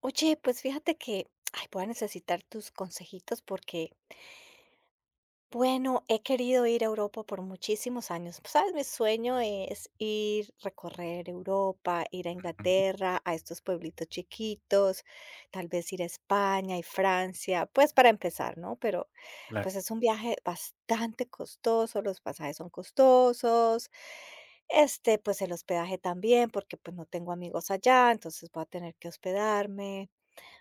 Oye, pues fíjate que, ay, voy a necesitar tus consejitos porque, bueno, he querido ir a Europa por muchísimos años. Sabes, mi sueño es ir, recorrer Europa, ir a Ujú, Inglaterra, a estos pueblitos chiquitos, tal vez ir a España y Francia, pues para empezar, ¿no? Pero claro. pues es un viaje bastante costoso, los pasajes son costosos. Este, pues el hospedaje también, porque pues no tengo amigos allá, entonces voy a tener que hospedarme.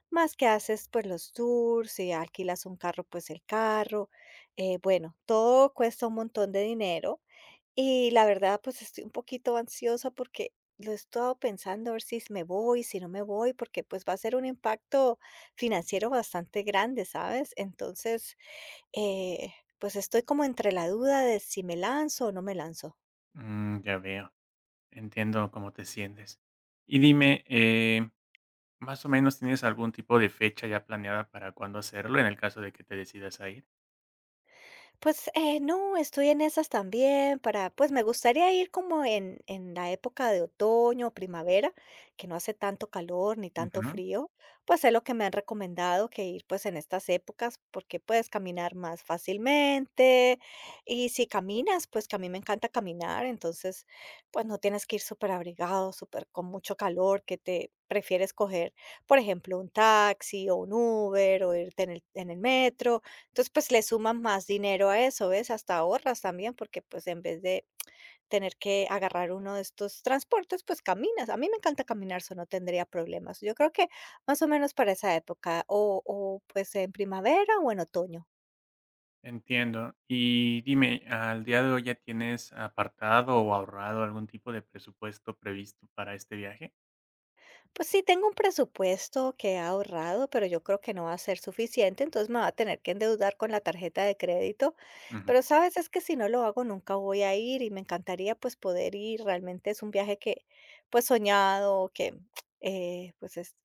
Más que haces, pues, los tours, si alquilas un carro, pues el carro. Bueno, todo cuesta un montón de dinero y la verdad, pues estoy un poquito ansiosa porque lo he estado pensando a ver si me voy, si no me voy, porque pues va a ser un impacto financiero bastante grande, ¿sabes? Entonces, eh, pues estoy como entre la duda de si me lanzo o no me lanzo. Mm, ya veo. Entiendo cómo te sientes. Y dime, más o menos, ¿tienes algún tipo de fecha ya planeada para cuándo hacerlo en el caso de que te decidas a ir? Pues, no, estoy en esas también para pues, me gustaría ir como en la época de otoño o primavera, que no hace tanto calor ni tanto Ujú. frío, pues, es lo que me han recomendado que ir, pues, en estas épocas, porque puedes caminar más fácilmente, y si caminas, pues, que a mí me encanta caminar, entonces, pues, no tienes que ir súper abrigado, súper con mucho calor, que te prefieres coger, por ejemplo, un taxi o un Uber o irte en el metro, entonces, pues le suman más dinero a eso, ¿ves? Hasta ahorras también, porque pues en vez de tener que agarrar uno de estos transportes, pues caminas. A mí me encanta caminar, eso no tendría problemas. Yo creo que más o menos para esa época, o pues en primavera o en otoño. Entiendo. Y dime, ¿al día de hoy ya tienes apartado o ahorrado algún tipo de presupuesto previsto para este viaje? Pues sí, tengo un presupuesto que he ahorrado, pero yo creo que no va a ser suficiente, entonces me va a tener que endeudar con la tarjeta de crédito. Pero sabes, es que si no lo hago nunca voy a ir y me encantaría pues poder ir. Realmente es un viaje que pues soñado, que eh, pues es-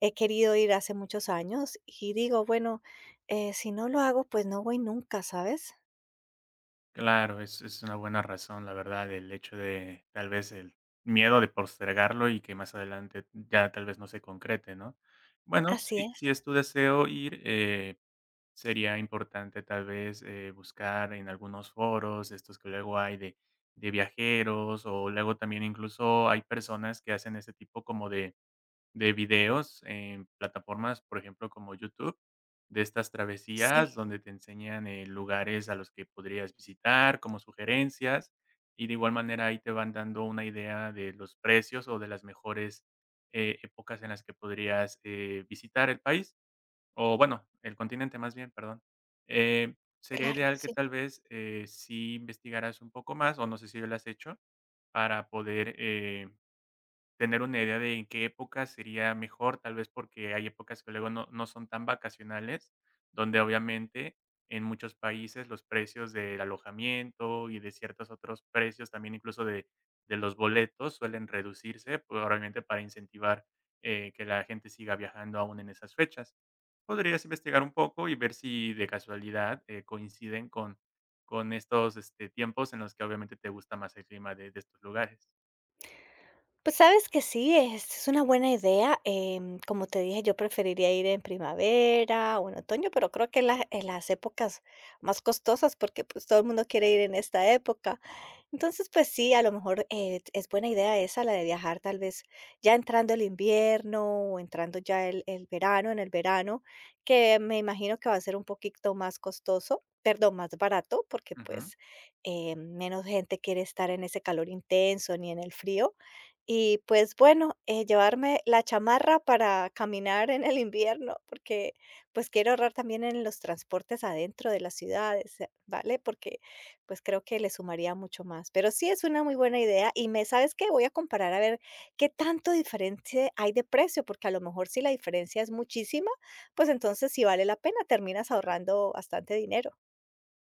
he querido ir hace muchos años y digo, bueno, si no lo hago pues no voy nunca, ¿sabes? Claro, es una buena razón, la verdad, el hecho de, tal vez, el miedo de postergarlo y que más adelante ya tal vez no se concrete, ¿no? Bueno, Así si es, si es tu deseo ir, sería importante, tal vez, buscar en algunos foros, estos que luego hay de viajeros, o luego también incluso hay personas que hacen ese tipo como de videos en plataformas, por ejemplo, como YouTube, de estas travesías sí, donde te enseñan, lugares a los que podrías visitar como sugerencias, y de igual manera ahí te van dando una idea de los precios o de las mejores, épocas en las que podrías, visitar el país, o bueno, el continente más bien, perdón. Eh, Sería claro, ideal que sí. tal vez, sí investigaras un poco más, o no sé si lo has hecho, para poder, tener una idea de en qué época sería mejor, tal vez porque hay épocas que luego no son tan vacacionales, donde obviamente en muchos países los precios del alojamiento y de ciertos otros precios, también incluso de los boletos, suelen reducirse, probablemente para incentivar que la gente siga viajando aún en esas fechas. Podrías investigar un poco y ver si de casualidad coinciden con estos este, tiempos en los que obviamente te gusta más el clima de estos lugares. Pues, sabes que sí, es una buena idea, como te dije, yo preferiría ir en primavera o en otoño, pero creo que en las épocas más costosas, porque, pues, todo el mundo quiere ir en esta época. Entonces, pues sí, a lo mejor, es buena idea esa, la de viajar tal vez ya entrando el invierno o entrando ya el verano, en el verano, que me imagino que va a ser un poquito más costoso, perdón, más barato, porque, Ujú. pues, menos gente quiere estar en ese calor intenso ni en el frío. Y pues bueno, llevarme la chamarra para caminar en el invierno, porque pues quiero ahorrar también en los transportes adentro de las ciudades, ¿vale? Porque pues creo que le sumaría mucho más. Pero sí es una muy buena idea y me, ¿sabes qué? Voy a comparar a ver qué tanto diferencia hay de precio, porque a lo mejor si la diferencia es muchísima, pues entonces sí vale la pena, terminas ahorrando bastante dinero.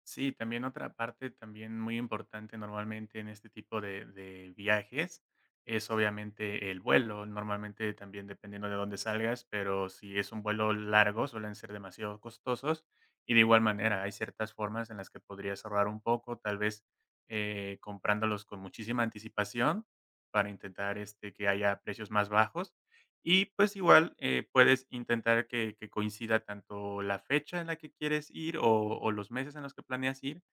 Sí, también otra parte también muy importante normalmente en este tipo de viajes es obviamente el vuelo. Normalmente también dependiendo de dónde salgas, pero si es un vuelo largo suelen ser demasiado costosos y de igual manera hay ciertas formas en las que podrías ahorrar un poco, tal vez comprándolos con muchísima anticipación para intentar este, que haya precios más bajos y pues igual puedes intentar que coincida tanto la fecha en la que quieres ir o los meses en los que planeas ir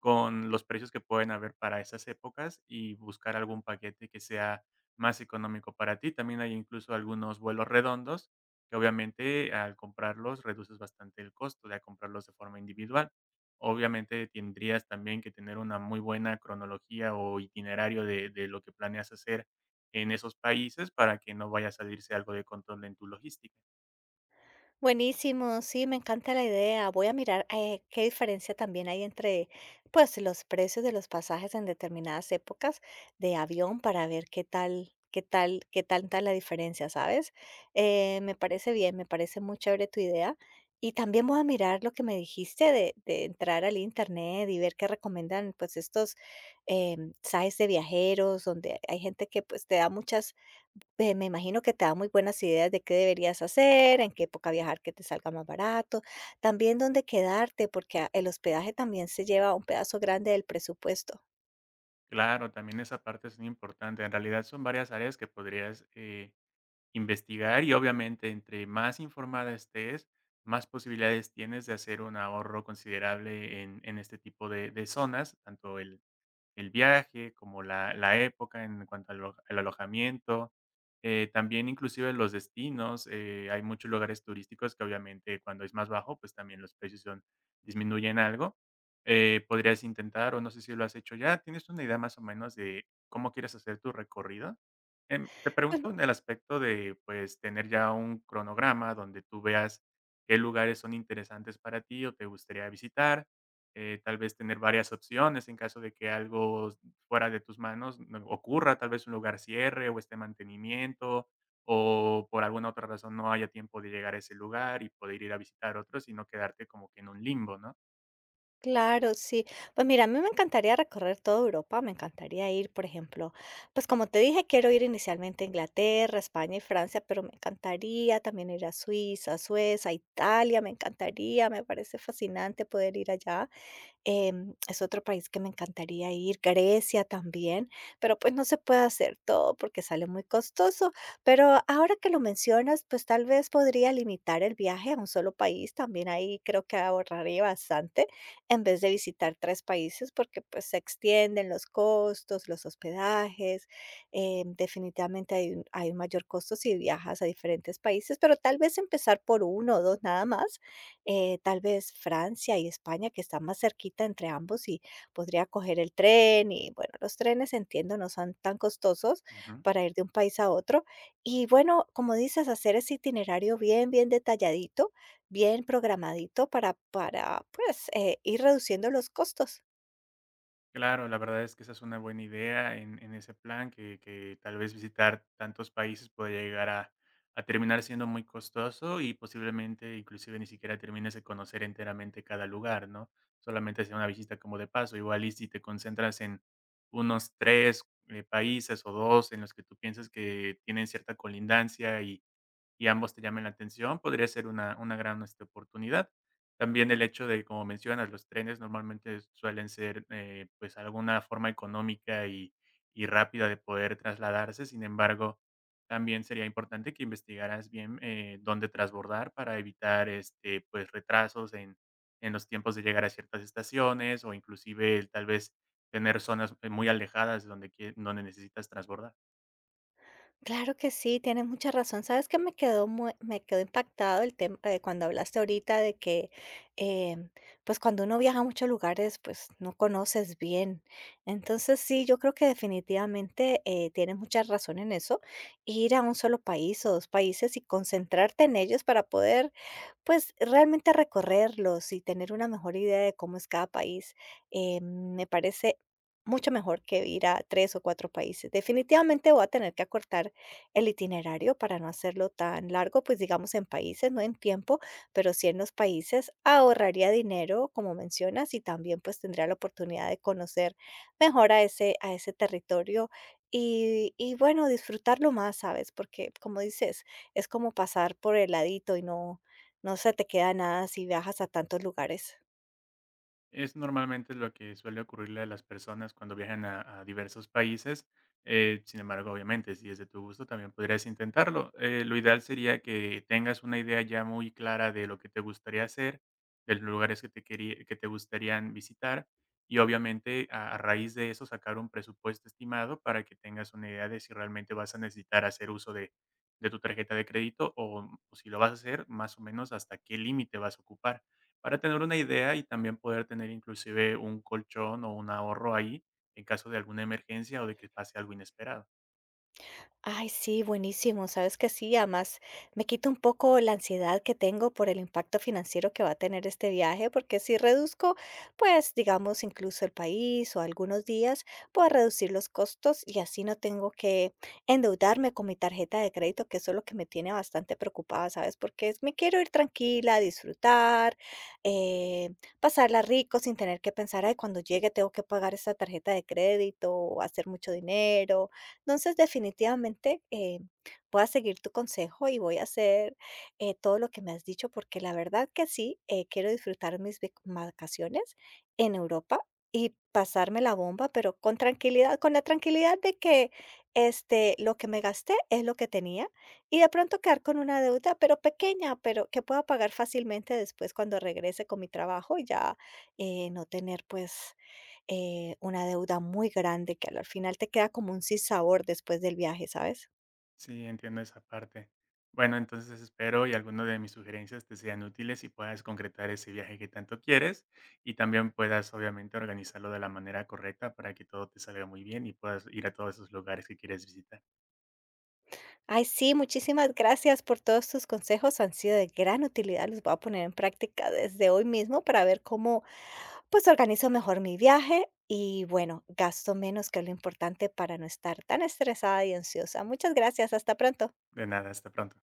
con los precios que pueden haber para esas épocas y buscar algún paquete que sea más económico para ti. También hay incluso algunos vuelos redondos que obviamente al comprarlos reduces bastante el costo de comprarlos de forma individual. Obviamente tendrías también que tener una muy buena cronología o itinerario de lo que planeas hacer en esos países para que no vaya a salirse algo de control en tu logística. Buenísimo, sí, me encanta la idea. Voy a mirar qué diferencia también hay entre, pues, los precios de los pasajes en determinadas épocas de avión para ver qué tal, qué tal, qué tanta la diferencia, ¿sabes? Me parece bien, me parece muy chévere tu idea. Y también voy a mirar lo que me dijiste de entrar al internet y ver qué recomiendan, pues, estos eh, sites de viajeros donde hay gente que, pues, te da muchas Pe me imagino que te da muy buenas ideas de qué deberías hacer, en qué época viajar que te salga más barato, también dónde quedarte, porque, ah, el hospedaje también se lleva un pedazo grande del presupuesto. Claro, también esa parte es muy importante. En realidad son varias áreas que podrías investigar y obviamente entre más informada estés, más posibilidades tienes de hacer un ahorro considerable en este tipo de zonas, tanto el viaje, como la época en cuanto al alo al alojamiento, también inclusive los destinos, hay muchos lugares turísticos que obviamente cuando es más bajo, pues también los precios son disminuyen algo, podrías intentar, o no sé si lo has hecho ya, ¿tienes una idea más o menos de cómo quieres hacer tu recorrido? Em, te pregunto en el aspecto de, pues, tener ya un cronograma donde tú veas qué lugares son interesantes para ti o te gustaría visitar, tal vez tener varias opciones en caso de que algo fuera de tus manos ocurra, tal vez un lugar cierre o esté en mantenimiento o por alguna otra razón no haya tiempo de llegar a ese lugar y poder ir a visitar otro, sino quedarte como que en un limbo, ¿no? Claro, sí. Pues mira, a mí me encantaría recorrer toda Europa, me encantaría ir, por ejemplo, pues, como te dije, quiero ir inicialmente a Inglaterra, España y Francia, pero me encantaría también ir a Suiza, Suecia, Italia, me encantaría, me parece fascinante poder ir allá. Es otro país que me encantaría ir, Grecia también, pero pues no se puede hacer todo porque sale muy costoso. Pero ahora que lo mencionas, pues tal vez podría limitar el viaje a un solo país. También ahí creo que ahorraría bastante en vez de visitar tres países porque pues se extienden los costos, los hospedajes. Definitivamente hay un mayor costo si viajas a diferentes países, pero tal vez empezar por uno o dos nada más tal vez Francia y España, que está más cerquita entre ambos y podría coger el tren y bueno, los trenes entiendo no son tan costosos Ujú. para ir de un país a otro. Y bueno, como dices, hacer ese itinerario bien, bien detalladito, bien programadito para, pues, ir reduciendo los costos. Claro, la verdad es que esa es una buena idea en ese plan, que tal vez visitar tantos países puede llegar a terminar siendo muy costoso y posiblemente inclusive ni siquiera termines de conocer enteramente cada lugar, ¿no? Solamente sea una visita como de paso. Igual y si te concentras en unos tres países o dos en los que tú piensas que tienen cierta colindancia y ambos te llamen la atención, podría ser una gran, este, oportunidad. También el hecho de, como mencionas, los trenes normalmente suelen ser, pues, alguna forma económica y rápida de poder trasladarse. Sin embargo, también sería importante que investigaras bien, dónde transbordar para evitar, este, pues, retrasos en los tiempos de llegar a ciertas estaciones o inclusive, tal vez, tener zonas, muy alejadas donde quie donde necesitas transbordar. Claro que sí, tienes mucha razón. ¿Sabes que me quedó impactado el tema cuando hablaste ahorita de que, em, pues cuando uno viaja a muchos lugares, pues no conoces bien? Entonces sí, yo creo que definitivamente tienes mucha razón en eso. Ir a un solo país o dos países y concentrarte en ellos para poder pues, realmente recorrerlos y tener una mejor idea de cómo es cada país, me parece mucho mejor que ir a 3 o 4 países. Definitivamente voy a tener que acortar el itinerario para no hacerlo tan largo, pues, digamos, en países, no en tiempo, pero sí en los países. Ahorraría dinero, como mencionas, y también, pues, tendría la oportunidad de conocer mejor a ese territorio y bueno, disfrutarlo más, ¿sabes? Porque, como dices, es como pasar por el ladito y no se te queda nada si viajas a tantos lugares. Es normalmente lo que suele ocurrirle a las personas cuando viajan a diversos países. Sin embargo, obviamente, si es de tu gusto, también podrías intentarlo. Lo ideal sería que tengas una idea ya muy clara de lo que te gustaría hacer, de los lugares que te, que te gustarían visitar y obviamente a raíz de eso sacar un presupuesto estimado para que tengas una idea de si realmente vas a necesitar hacer uso de tu tarjeta de crédito o si lo vas a hacer, más o menos hasta qué límite vas a ocupar para tener una idea y también poder tener inclusive un colchón o un ahorro ahí en caso de alguna emergencia o de que pase algo inesperado. Ay, sí, buenísimo. Sabes que sí, además me quita un poco la ansiedad que tengo por el impacto financiero que va a tener este viaje, porque si reduzco, pues digamos, incluso el país o algunos días, puedo reducir los costos y así no tengo que endeudarme con mi tarjeta de crédito, que eso es lo que me tiene bastante preocupada, ¿sabes? Porque es- me quiero ir tranquila, disfrutar, eh, pasarla rico sin tener que pensar, ay, cuando llegue tengo que pagar esa tarjeta de crédito o hacer mucho dinero entonces, definitivamente, voy a seguir tu consejo y voy a hacer todo lo que me has dicho, porque la verdad que sí, quiero disfrutar mis vacaciones en Europa y pasarme la bomba, pero con tranquilidad, con la tranquilidad de que este, lo que me gasté es lo que tenía y de pronto quedar con una deuda, pero pequeña, pero que pueda pagar fácilmente después cuando regrese con mi trabajo y ya no tener pues una deuda muy grande que al final te queda como un sinsabor después del viaje, ¿sabes? Sí, entiendo esa parte. Bueno, entonces espero y algunas de mis sugerencias te sean útiles y puedas concretar ese viaje que tanto quieres y también puedas obviamente organizarlo de la manera correcta para que todo te salga muy bien y puedas ir a todos esos lugares que quieres visitar. Ay, sí, muchísimas gracias por todos tus consejos, han sido de gran utilidad, los voy a poner en práctica desde hoy mismo para ver cómo pues organizo mejor mi viaje y bueno, gasto menos, que es lo importante para no estar tan estresada y ansiosa. Muchas gracias, hasta pronto. De nada, hasta pronto.